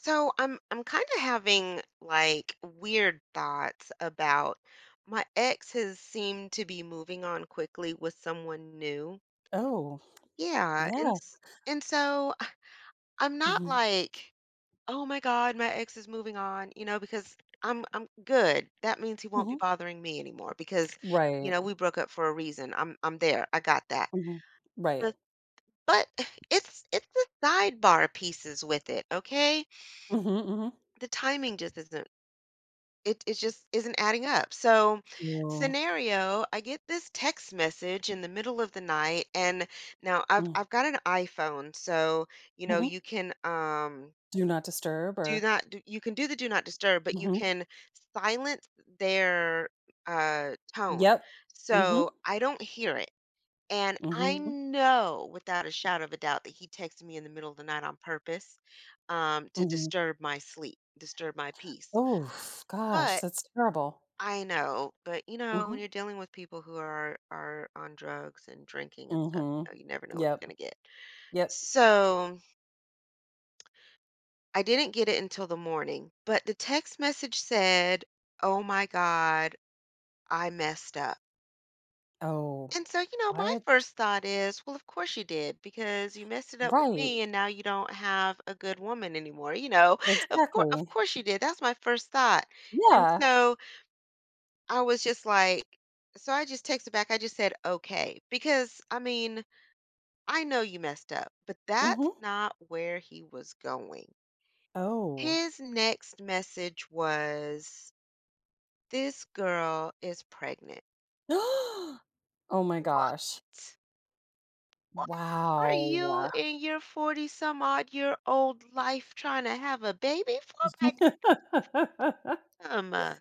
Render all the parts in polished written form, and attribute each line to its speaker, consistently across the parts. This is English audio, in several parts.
Speaker 1: So I'm kind of having like weird thoughts about. My ex has seemed to be moving on quickly with someone new.
Speaker 2: Oh,
Speaker 1: Yeah, and
Speaker 2: yeah.
Speaker 1: s- and so I'm not
Speaker 2: Mhm,
Speaker 1: like, "Oh my God, my ex is moving on," because I'm good. That means he won't be
Speaker 2: mhm.
Speaker 1: bothering me anymore because,
Speaker 2: Right,
Speaker 1: we broke up for a reason. I'm there. I got that.
Speaker 2: mhm, right.
Speaker 1: But but it's the sidebar pieces with it, okay?
Speaker 2: Mhm, mhm.
Speaker 1: The timing just isn't it it just isn't adding up. So,
Speaker 2: Oh,
Speaker 1: scenario, I get this text message in the middle of the night, and now I've
Speaker 2: mm,
Speaker 1: I've got an iPhone, so
Speaker 2: mhm.
Speaker 1: you can
Speaker 2: Do not disturb
Speaker 1: do
Speaker 2: or
Speaker 1: not do, you can do the "do not disturb," but you
Speaker 2: Mhm.
Speaker 1: can silence their tone.
Speaker 2: Yep. Mhm,
Speaker 1: So, I don't hear it. And I
Speaker 2: mhm,
Speaker 1: know without a shadow of a doubt that he texted me in the middle of the night on purpose, to
Speaker 2: mhm.
Speaker 1: disturb my sleep, disturb my peace.
Speaker 2: Oof, gosh,
Speaker 1: But
Speaker 2: that's terrible.
Speaker 1: I know, but when
Speaker 2: Mhm,
Speaker 1: you're dealing with people who are on drugs and drinking and stuff,
Speaker 2: mhm.
Speaker 1: you never know what
Speaker 2: Yep,
Speaker 1: you're gonna get.
Speaker 2: yep.
Speaker 1: So I didn't get it until the morning, but the text message said, "Oh my God, I messed up."
Speaker 2: Oh,
Speaker 1: And so, my
Speaker 2: what?
Speaker 1: first thought is, well, of course you did, because you messed it up with
Speaker 2: Right,
Speaker 1: me, and now you don't have a good woman anymore.
Speaker 2: exactly.
Speaker 1: Of course you did. That's my first thought. And
Speaker 2: Yeah,
Speaker 1: so I was just like so I just texted back. I just said, "Okay," because I mean, I know you messed up, but that's
Speaker 2: mhm.
Speaker 1: not where he was going.
Speaker 2: Oh.
Speaker 1: His next message was, "This girl is pregnant."
Speaker 2: Oh my
Speaker 1: What?
Speaker 2: gosh.
Speaker 1: What are you
Speaker 2: Wow.
Speaker 1: in your 40 some odd year old life trying to have a baby for, madam?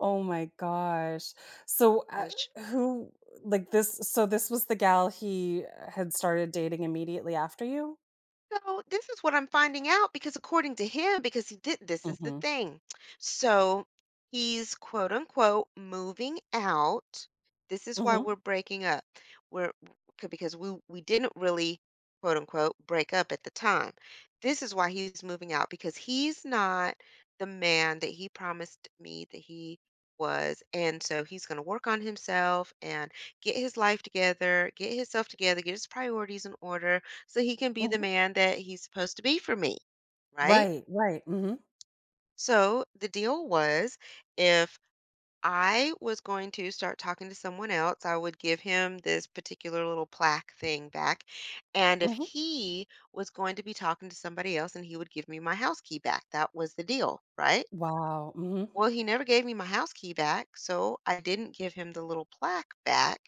Speaker 2: Oh my gosh. So, who like this so this was the gal he had started dating immediately after you?
Speaker 1: So this is what I'm finding out because, according to him, because he did this is the
Speaker 2: Mhm.
Speaker 1: thing. So he's, quote unquote, moving out. This is why
Speaker 2: Mhm.
Speaker 1: we're breaking up. We're because we didn't really, quote unquote, break up at the time. This is why he's moving out, because he's not the man that he promised me that he was, and so he's going to work on himself and get his life together, get himself together, get his priorities in order so he can be the
Speaker 2: Mhm.
Speaker 1: man that he's supposed to be for me, right?
Speaker 2: Right, right. Mhm.
Speaker 1: So the deal was, if I was going to start talking to someone else, I would give him this particular little plaque thing back. And if
Speaker 2: Mhm.
Speaker 1: he was going to be talking to somebody else, and he would give me my house key back. That was the deal, right?
Speaker 2: Wow. Mhm.
Speaker 1: Well, he never gave me my house key back, so I didn't give him the little plaque back.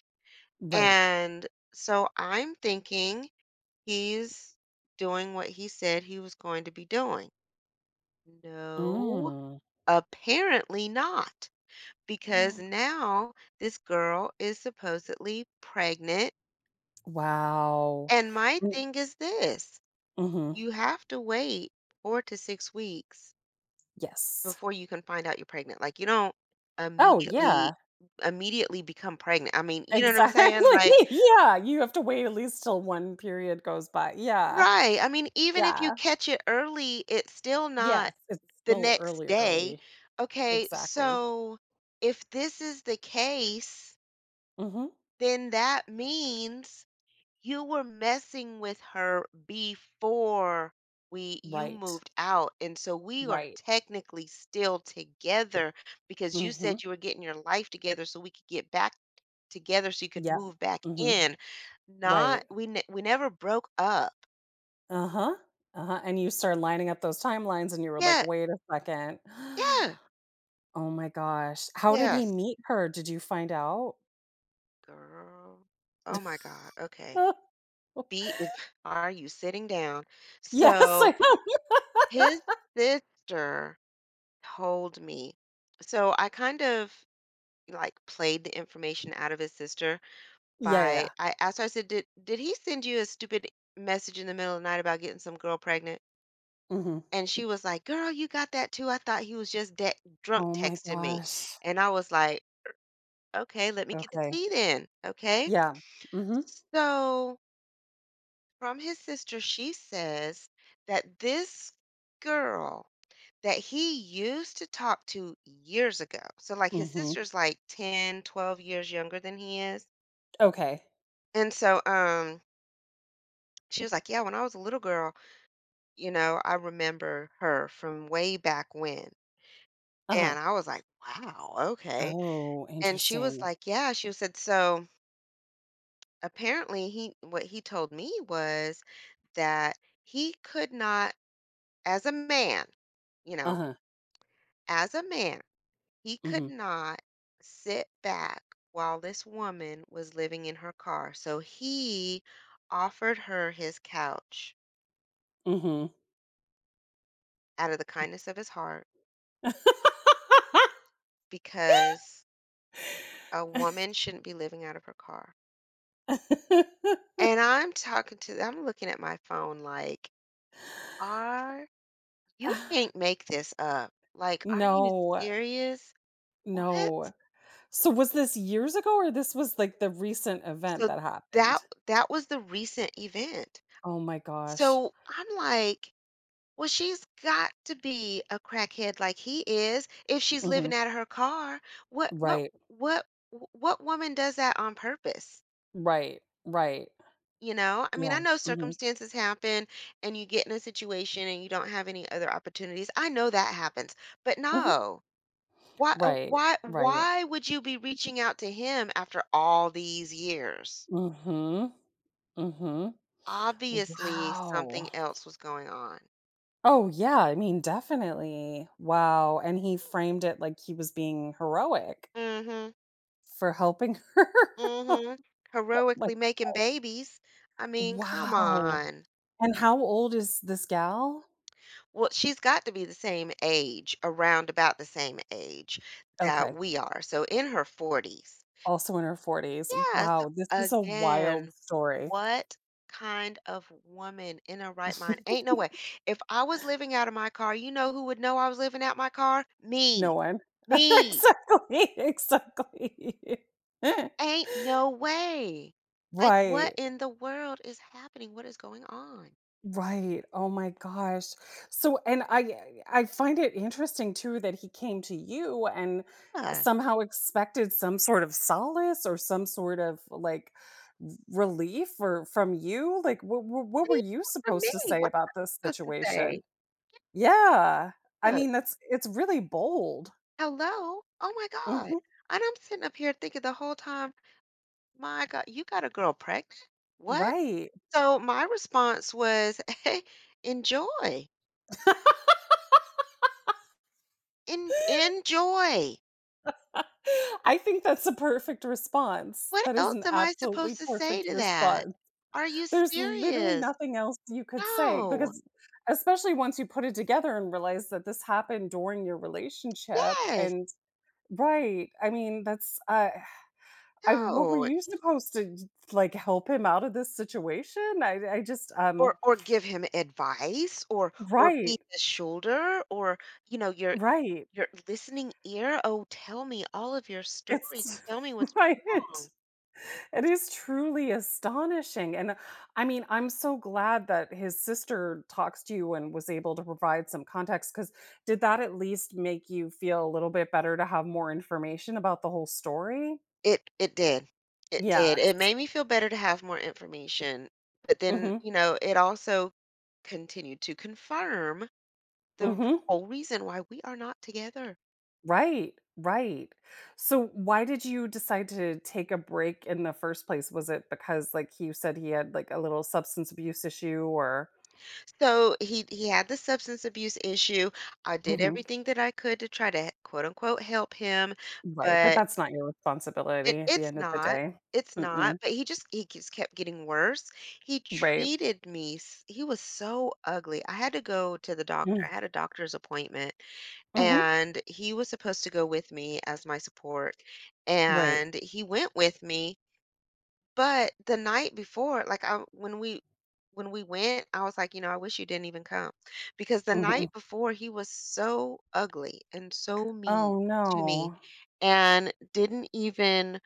Speaker 2: Right.
Speaker 1: And so I'm thinking he's doing what he said he was going to be doing. No,
Speaker 2: Mm.
Speaker 1: apparently not, because now this girl is supposedly pregnant.
Speaker 2: Wow.
Speaker 1: And my
Speaker 2: N
Speaker 1: thing is this:
Speaker 2: Mhm.
Speaker 1: you have to wait 4 to 6 weeks
Speaker 2: Yes.
Speaker 1: before you can find out you're pregnant. Like, you don't
Speaker 2: Oh, yeah.
Speaker 1: immediately immediately become pregnant. I mean, you know what I'm
Speaker 2: Exactly.
Speaker 1: saying? Like.
Speaker 2: Yeah, you have to wait at least till one period goes by. Yeah.
Speaker 1: Right, I mean, even if you
Speaker 2: Yeah.
Speaker 1: catch it early, it's still
Speaker 2: Yes,
Speaker 1: not
Speaker 2: it's
Speaker 1: the
Speaker 2: still
Speaker 1: next
Speaker 2: early,
Speaker 1: day.
Speaker 2: early.
Speaker 1: Okay,
Speaker 2: Exactly.
Speaker 1: so if this is the case,
Speaker 2: Mhm.
Speaker 1: then that means you were messing with her before we you
Speaker 2: Right,
Speaker 1: moved out, and so we are
Speaker 2: right.
Speaker 1: technically still together, because you
Speaker 2: Mhm.
Speaker 1: said you were getting your life together so we could get back together so you could
Speaker 2: Yep.
Speaker 1: move back
Speaker 2: Mhm.
Speaker 1: in.
Speaker 2: Right.
Speaker 1: Not we never broke up.
Speaker 2: Uh-huh. Uh-huh, and you started lining up those timelines and you were like,
Speaker 1: Yeah,
Speaker 2: "Wait a second."
Speaker 1: yeah.
Speaker 2: Oh my gosh. How did he
Speaker 1: Yes,
Speaker 2: meet her? Did you find out?
Speaker 1: girl. Oh my God. Okay. Be are you sitting down?
Speaker 2: Yes,
Speaker 1: So
Speaker 2: I know.
Speaker 1: his sister told me. So I kind of like played the information out of his sister
Speaker 2: Yeah, yeah,
Speaker 1: by I asked her. I said, Did he send you a stupid message in the middle of the night about getting some girl pregnant?"
Speaker 2: yeah. Mhm.
Speaker 1: And she was like, "Girl, you got that too. I thought he was just de drunk
Speaker 2: Oh my
Speaker 1: texting me."
Speaker 2: gosh.
Speaker 1: And I was like, "Okay, let me get the
Speaker 2: Okay.
Speaker 1: tea then. Okay."
Speaker 2: Yeah. Mhm.
Speaker 1: So from his sister, she says that this girl that he used to talk to years ago — so, like, his
Speaker 2: Mhm.
Speaker 1: sister's, like, 10, 12 years younger than he is,
Speaker 2: Okay.
Speaker 1: and so, she was like, "Yeah, when I was a little girl, you know, I remember her from way back when."
Speaker 2: Uh-huh.
Speaker 1: And I was like, "Wow, okay."
Speaker 2: Oh,
Speaker 1: And she was
Speaker 2: interesting.
Speaker 1: like, "Yeah," she said, "so, apparently, he what he told me was that he could not, as a man, you know,
Speaker 2: Uh-huh.
Speaker 1: as a man, he could
Speaker 2: Mhm.
Speaker 1: not sit back while this woman was living in her car. So he offered her his couch
Speaker 2: Mhm.
Speaker 1: out of the kindness of his heart, because a woman shouldn't be living out of her car." And I'm talking to I'm looking at my phone like, "Are you — can't make this up. Like, are you
Speaker 2: No.
Speaker 1: serious? What?"
Speaker 2: No. So was this years ago or this was like the recent event
Speaker 1: So
Speaker 2: that
Speaker 1: that
Speaker 2: happened?
Speaker 1: that was the recent event.
Speaker 2: Oh my gosh.
Speaker 1: So I'm like, well, she's got to be a crackhead like he is if she's
Speaker 2: Mhm.
Speaker 1: living out of her car. What what
Speaker 2: Right.
Speaker 1: what what woman does that on purpose?
Speaker 2: Right. Right.
Speaker 1: You know, I mean,
Speaker 2: Yeah.
Speaker 1: I know
Speaker 2: Mhm.
Speaker 1: circumstances happen and you get in a situation and you don't have any other opportunities. I know that happens. But
Speaker 2: Mhm.
Speaker 1: no. Why uh,
Speaker 2: Right.
Speaker 1: why
Speaker 2: Right.
Speaker 1: why would you be reaching out to him after all these years?
Speaker 2: Mhm. Mhm.
Speaker 1: Obviously,
Speaker 2: Wow.
Speaker 1: something else was going on.
Speaker 2: Oh yeah, I mean, definitely. Wow, and he framed it like he was being heroic
Speaker 1: Mhm.
Speaker 2: for helping her.
Speaker 1: Mhm.
Speaker 2: Like,
Speaker 1: Heroically making babies. I mean, come
Speaker 2: wow.
Speaker 1: on.
Speaker 2: And how old is this gal?
Speaker 1: Well, she's got to be the same age, around about the same age that
Speaker 2: Okay.
Speaker 1: we are. So in her 40s.
Speaker 2: Also in her 40s.
Speaker 1: Yeah, so
Speaker 2: Wow, this is a wild
Speaker 1: again,
Speaker 2: story.
Speaker 1: what kind of woman in her right mind? Ain't no way. If I was living out of my car, you know who would know I was living out my car?
Speaker 2: No
Speaker 1: Me.
Speaker 2: one.
Speaker 1: Me.
Speaker 2: Exactly, exactly.
Speaker 1: Ain't no way. Like, what
Speaker 2: Right,
Speaker 1: in the world is happening? What is going on?
Speaker 2: right. Oh my gosh. So and I find it interesting too that he came to you and
Speaker 1: Yeah.
Speaker 2: somehow expected some sort of solace or some sort of, like, relief or from you, like, what
Speaker 1: What do
Speaker 2: were
Speaker 1: you
Speaker 2: you
Speaker 1: want from
Speaker 2: supposed to
Speaker 1: me?
Speaker 2: say
Speaker 1: What
Speaker 2: about this
Speaker 1: am supposed to
Speaker 2: situation?
Speaker 1: say?
Speaker 2: Yeah. I
Speaker 1: Look,
Speaker 2: mean, that's it's really bold.
Speaker 1: hello? Oh my God.
Speaker 2: Mhm.
Speaker 1: And I'm sitting up here thinking the whole time, my God, you got a girl pregnant? What?
Speaker 2: Right.
Speaker 1: So my response was, enjoy. En enjoy.
Speaker 2: I think that's a perfect response.
Speaker 1: What
Speaker 2: That is
Speaker 1: else
Speaker 2: an
Speaker 1: am I supposed
Speaker 2: absolutely
Speaker 1: to say
Speaker 2: perfect
Speaker 1: to that?
Speaker 2: response.
Speaker 1: Are you
Speaker 2: There's literally
Speaker 1: serious?
Speaker 2: nothing else you could say
Speaker 1: No.
Speaker 2: because especially once you put it together and realize that this happened during your relationship
Speaker 1: Yes.
Speaker 2: and, right. I mean, that's I what were
Speaker 1: No.
Speaker 2: you supposed to like, help him out of this situation?
Speaker 1: Or give him advice, or
Speaker 2: Right,
Speaker 1: be his shoulder, or you know your
Speaker 2: right.
Speaker 1: Your listening ear? Oh, tell me all of your stories.
Speaker 2: It's
Speaker 1: Tell me what's
Speaker 2: right.
Speaker 1: wrong.
Speaker 2: It is truly astonishing, and I mean, I'm so glad that his sister talks to you and was able to provide some context. Because did that at least make you feel a little bit better to have more information about the whole story?
Speaker 1: It did. It did. It
Speaker 2: Yes.
Speaker 1: made me feel better to have more information, but then,
Speaker 2: Mhm.
Speaker 1: you know, it also continued to confirm the
Speaker 2: Mhm.
Speaker 1: whole reason why we are not together.
Speaker 2: Right, right. So why did you decide to take a break in the first place? Was it because, like, you said he had, like, a little substance abuse issue or
Speaker 1: So he had the substance abuse issue. I did
Speaker 2: mhm.
Speaker 1: everything that I could to try to, quote unquote, help him,
Speaker 2: Right, but
Speaker 1: but
Speaker 2: that's not your
Speaker 1: It
Speaker 2: responsibility at the
Speaker 1: it's
Speaker 2: end of the
Speaker 1: not,
Speaker 2: day.
Speaker 1: it's not,
Speaker 2: Mm-mm.
Speaker 1: but he just kept getting worse. He
Speaker 2: Right.
Speaker 1: treated me s He was so ugly. I had to go to the doctor.
Speaker 2: Mm,
Speaker 1: I had a doctor's appointment,
Speaker 2: mhm.
Speaker 1: and he was supposed to go with me as my support,
Speaker 2: Right.
Speaker 1: and he went with me, but the night before, like, I when we went, I was like, "You know, I wish you didn't even come," because the
Speaker 2: Mhm.
Speaker 1: night before, he was so ugly and so mean
Speaker 2: Oh,
Speaker 1: to me
Speaker 2: no.
Speaker 1: and didn't even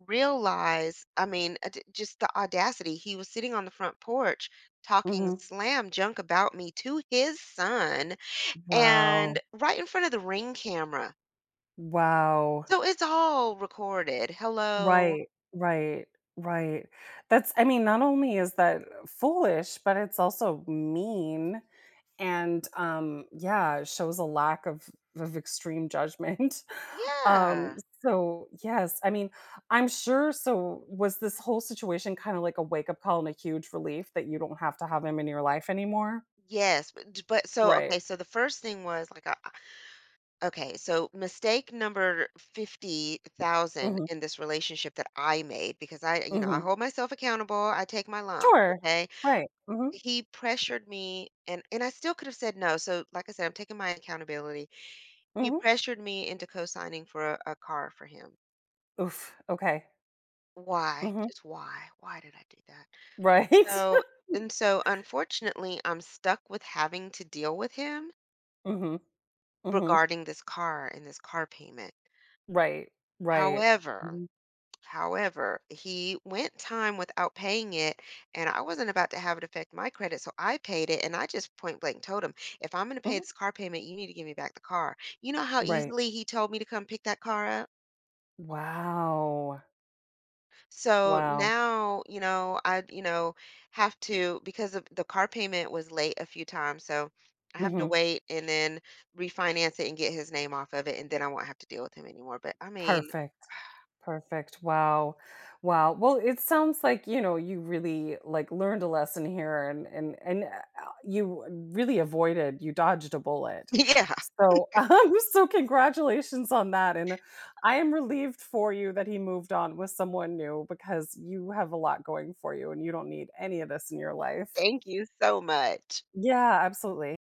Speaker 1: realize — I mean, d just the audacity. He was sitting on the front porch talking
Speaker 2: Mhm.
Speaker 1: slam junk about me to his son
Speaker 2: Wow.
Speaker 1: and right in front of the Ring camera.
Speaker 2: Wow.
Speaker 1: So it's all recorded. Hello.
Speaker 2: Right, right, right. That's I mean, not only is that foolish, but it's also mean and, yeah, it shows a lack of extreme judgment. Um,
Speaker 1: Yeah.
Speaker 2: so, yes, I mean, I'm sure so was this whole situation kinda like a wake-up call and a huge relief that you don't have to have him in your life anymore?
Speaker 1: Yes, but so
Speaker 2: Right.
Speaker 1: okay, so the first thing was like, okay, so mistake number 50,000
Speaker 2: Mhm,
Speaker 1: in this relationship that I made because I, you know, I
Speaker 2: mhm.
Speaker 1: hold myself accountable. I take my lumps,
Speaker 2: Sure.
Speaker 1: okay?
Speaker 2: Right. Mhm.
Speaker 1: He pressured me and I still could have said no. So like I said, I'm taking my accountability. He
Speaker 2: Mhm.
Speaker 1: pressured me into co-signing for a car for him.
Speaker 2: Oof. Okay.
Speaker 1: Why?
Speaker 2: Mhm.
Speaker 1: Just why? Why did I do that? And
Speaker 2: Right.
Speaker 1: so and so unfortunately, I'm stuck with having to deal with him
Speaker 2: Mhm. Mhm.
Speaker 1: regarding this car and this car payment.
Speaker 2: Right. Right.
Speaker 1: However,
Speaker 2: Mhm.
Speaker 1: however, he went time without paying it, and I wasn't about to have it affect my credit, so I paid it. And I just point blank told him, if I'm going to pay
Speaker 2: Mhm.
Speaker 1: this car payment, you need to give me back the car. You know how
Speaker 2: Right.
Speaker 1: easily he told me to come pick that car up?
Speaker 2: Wow.
Speaker 1: So
Speaker 2: Wow.
Speaker 1: now, you know, I, you know, have to — because of the car payment was late a few times. So I have to
Speaker 2: Mhm.
Speaker 1: wait and then refinance it and get his name off of it. And then I won't have to deal with him anymore. But I mean,
Speaker 2: Perfect. Perfect. Wow. Wow. Well, it sounds like, you know, you really like learned a lesson here and you you dodged a bullet.
Speaker 1: yeah,
Speaker 2: So, so congratulations on that. And I am relieved for you that he moved on with someone new because you have a lot going for you and you don't need any of this in your life.
Speaker 1: thank you so much.
Speaker 2: Yeah, absolutely.